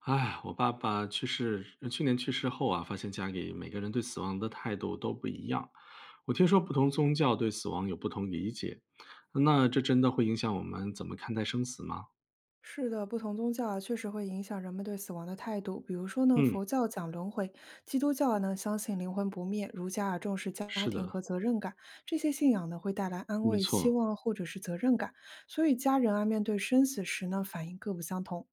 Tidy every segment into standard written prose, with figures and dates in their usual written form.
哎，我爸爸去世，去年去世后啊，发现家里每个人对死亡的态度都不一样。我听说不同宗教对死亡有不同理解，那这真的会影响我们怎么看待生死吗？是的，不同宗教啊，确实会影响人们对死亡的态度。比如说呢，嗯，佛教讲轮回，基督教啊呢相信灵魂不灭，儒家啊重视家是庭的，和责任感。这些信仰呢会带来安没慰、希错。望或者是责任感，所以家人啊面对生死时呢反应各不相同。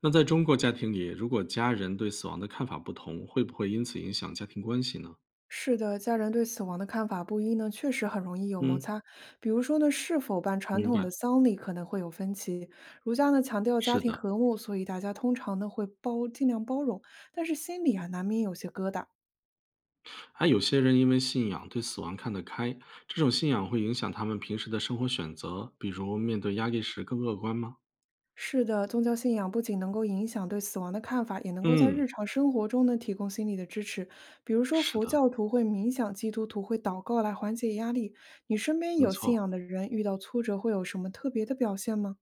那在中国家庭里，如果家人对死亡的看法不同，会不会因此影响家庭关系呢？是的，家人对死亡的看法不一呢，确实很容易有摩嗯，擦。比如说呢，是否办传明统的白。丧礼可能会有分歧。儒家呢强调家是庭的，和睦，所以大家通常呢会尽量包容，但是心里啊难免有些疙瘩。还有些人因为信仰对死亡看得开，这种信仰会影响他们平时的生活选择，比如面对压力时更乐观吗？是的，宗教信仰不仅能够影响对死亡的看法，也能够在嗯，日常生活中呢提供心理的支持。比如说，是佛的，教徒会冥想，基督徒会祷告来缓解压力。你身边没有信错。仰的人遇到挫折会有什么特别的表现吗？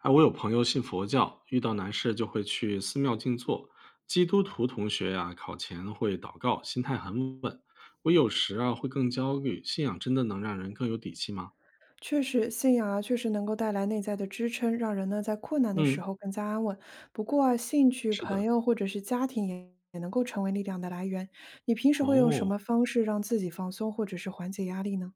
哎，我有朋友信佛教，遇到难事就会去寺庙静坐。基督徒同学呀、考前会祷告，心态很稳。我有时啊会更焦虑，信仰真的能让人更有底气吗？确实，信仰啊，确实能够带来内在的支撑，让人呢在困难的时嗯，候更加安稳。不过啊，兴趣、是朋的。友或者是家庭也能够成为力量的来源。你平时会用什哦，么方式让自己放松或者是缓解压力呢？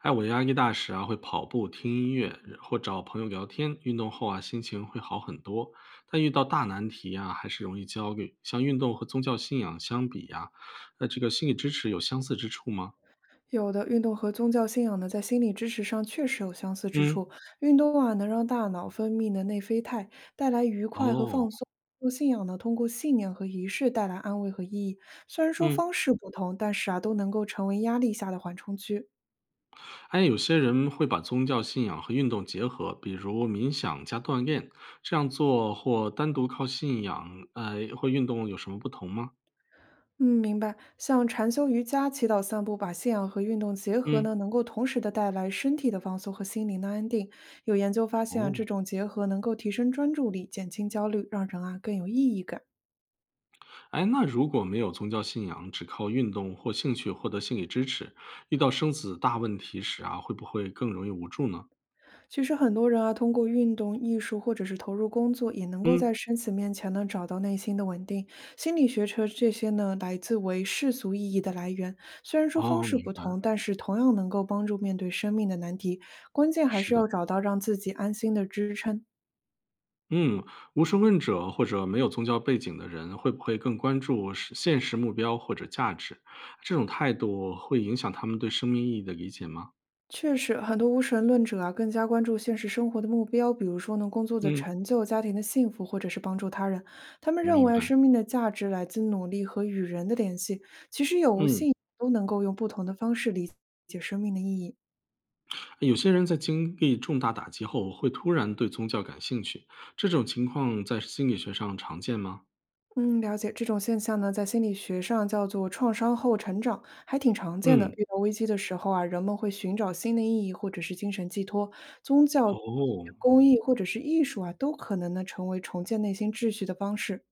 哎，我压力大时啊会跑步、听音乐或找朋友聊天，运动后啊心情会好很多。但遇到大难题啊还是容易焦虑。像运动和宗教信仰相比呀、那这个心理支持有相似之处吗？有的运动和宗教信仰呢，在心理支持上确实有相似之嗯，处。运动啊，能让大脑分泌的内啡肽带来愉快和哦，放松；做信仰呢，通过信念和仪式带来安慰和意义。虽然说嗯，方式不同，但是啊，都能够成为压力下的缓冲区。哎，有些人会把宗教信仰和运动结合，比如冥想加锻炼，这样做或单独靠信仰，或运动有什么不同吗？嗯，明白。像禅修、瑜伽、祈祷、散步，把信仰和运动结合呢，嗯，能够同时的带来身体的放松和心灵的安定。有研究发现啊，这哦，种结合能够提升专注力，减轻焦虑，让人啊更有意义感。哎，那如果没有宗教信仰，只靠运动或兴趣获得心理支持，遇到生死大问题时啊，会不会更容易无助呢？其实很多人啊，通过运动、艺术或者是投入工作，也能够嗯，在生死面前呢找到内心的稳定。心理学车这些呢，来自为世俗意义的来源。虽然说方哦，式明不白，同，但是同样能够帮助面对生命的难题。关键还是是的。要找到让自己安心的支撑。嗯，无神论者或者没有宗教背景的人，会不会更关注实现实目标或者价值？这种态度会影响他们对生命意义的理解吗？确实，很多无神论者啊，更加关注现实生活的目标，比如说呢，工作的嗯，成就、家庭的幸福，或者是帮助他人。他们认明为啊白。生命的价值来自努力和与人的联系。其实有无嗯，信仰都能够用不同的方式理解生命的意义。有些人在经历重大打击后，会突然对宗教感兴趣，这种情况在心理学上常见吗？嗯，了解这种现象呢，在心理学上叫做创伤后成长，还挺常见的。嗯，遇到危机的时候啊，人们会寻找新的意义或者是精神寄托，宗教、哦，公益或者是艺术啊，都可能呢成为重建内心秩序的方式。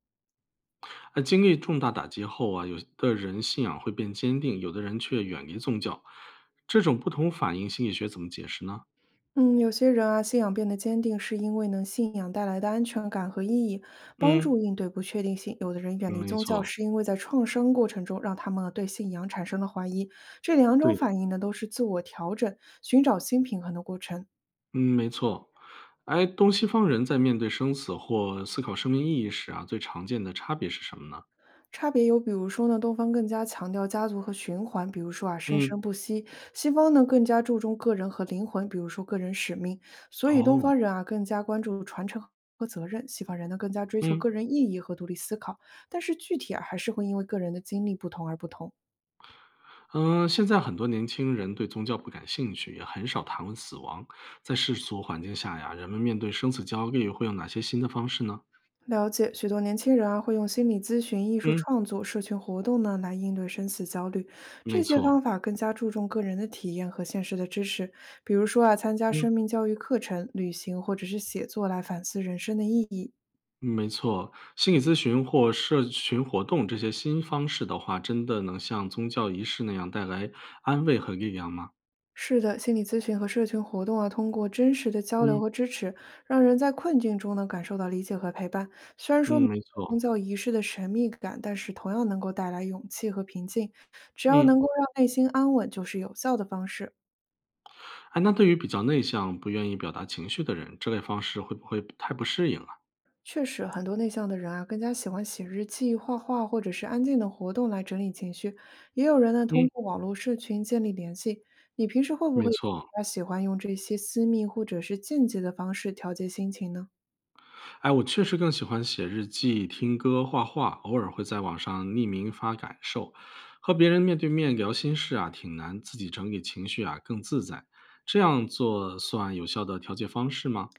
啊，经历重大打击后啊，有的人信仰会变坚定，有的人却远离宗教，这种不同反应，心理学怎么解释呢？嗯，有些人啊，信仰变得坚定，是因为呢，信仰带来的安全感和意义，帮助嗯，应对不确定性。有的人远离没宗教，错，是因为在创伤过程中让他们啊对信仰产生了怀疑。这两种对的。反应呢，都是自我调整、寻找新平衡的过程。嗯，没错。哎，东西方人在面对生死或思考生命意义时啊，最常见的差别是什么呢？差别有，比如说呢，东方更加强调家族和循环，比如说啊，生生嗯，不息；西方呢更加注重个人和灵魂，比如说个人使命。所以东哦，方人啊更加关注传承和责任，西方人呢更加追求个嗯人意义和独立思考。但是具体啊还是会因为个人的经历不同而不同。嗯、现在很多年轻人对宗教不感兴趣，也很少谈论死亡。在世俗环境下呀，人们面对生死焦虑会用哪些新的方式呢？了解，许多年轻人啊会用心理咨询、艺术嗯，创作、社群活动呢来应对生死焦虑。这没些方错，法更加注重个人的体验和现实的支持，比如说啊，参加嗯。生命教育课程、旅行或者是写作来反思人生的意义。没错，心理咨询或社群活动这些新方式的话，真的能像宗教仪式那样带来安慰和力量吗？是的，心理咨询和社群活动啊，通过真实的交流嗯和支持，让人在困境中呢感受到理解和陪伴。虽然说没嗯，没有宗错，教仪式的神秘感，但是同样能够带来勇气和平静。只要能嗯，够让内心安稳，就是有效的方式。哎，那对于比较内向、不愿意表达情绪的人，这类方式会不会太不适应啊？确实，很多内向的人啊，更加喜欢写日记、画画或者是安静的活动来整理情绪。也有人呢，通嗯，过网络社群建立联系。你平时会不没会比错，较喜欢用这些私密或者是间接的方式调节心情呢？哎，我确实更喜欢写日记、听歌、画画，偶尔会在网上匿名发感受，和别人面对面聊心事啊，挺难，自己整理情绪啊更自在。这样做算有效的调节方式吗？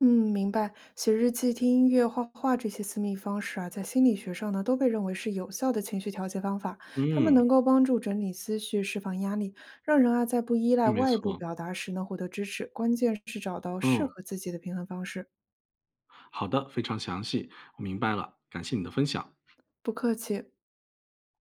嗯，明白。写日记、听音乐、画画这些私密方式啊，在心理学上呢，都被认为是有效的情绪调节方法。它们嗯，能够帮助整理思绪、释放压力，让人啊在不依赖没外部错，表达时呢获得支持。关键是找到适嗯，合自己的平衡方式。好的，非常详细，我明白了，感谢你的分享。不客气。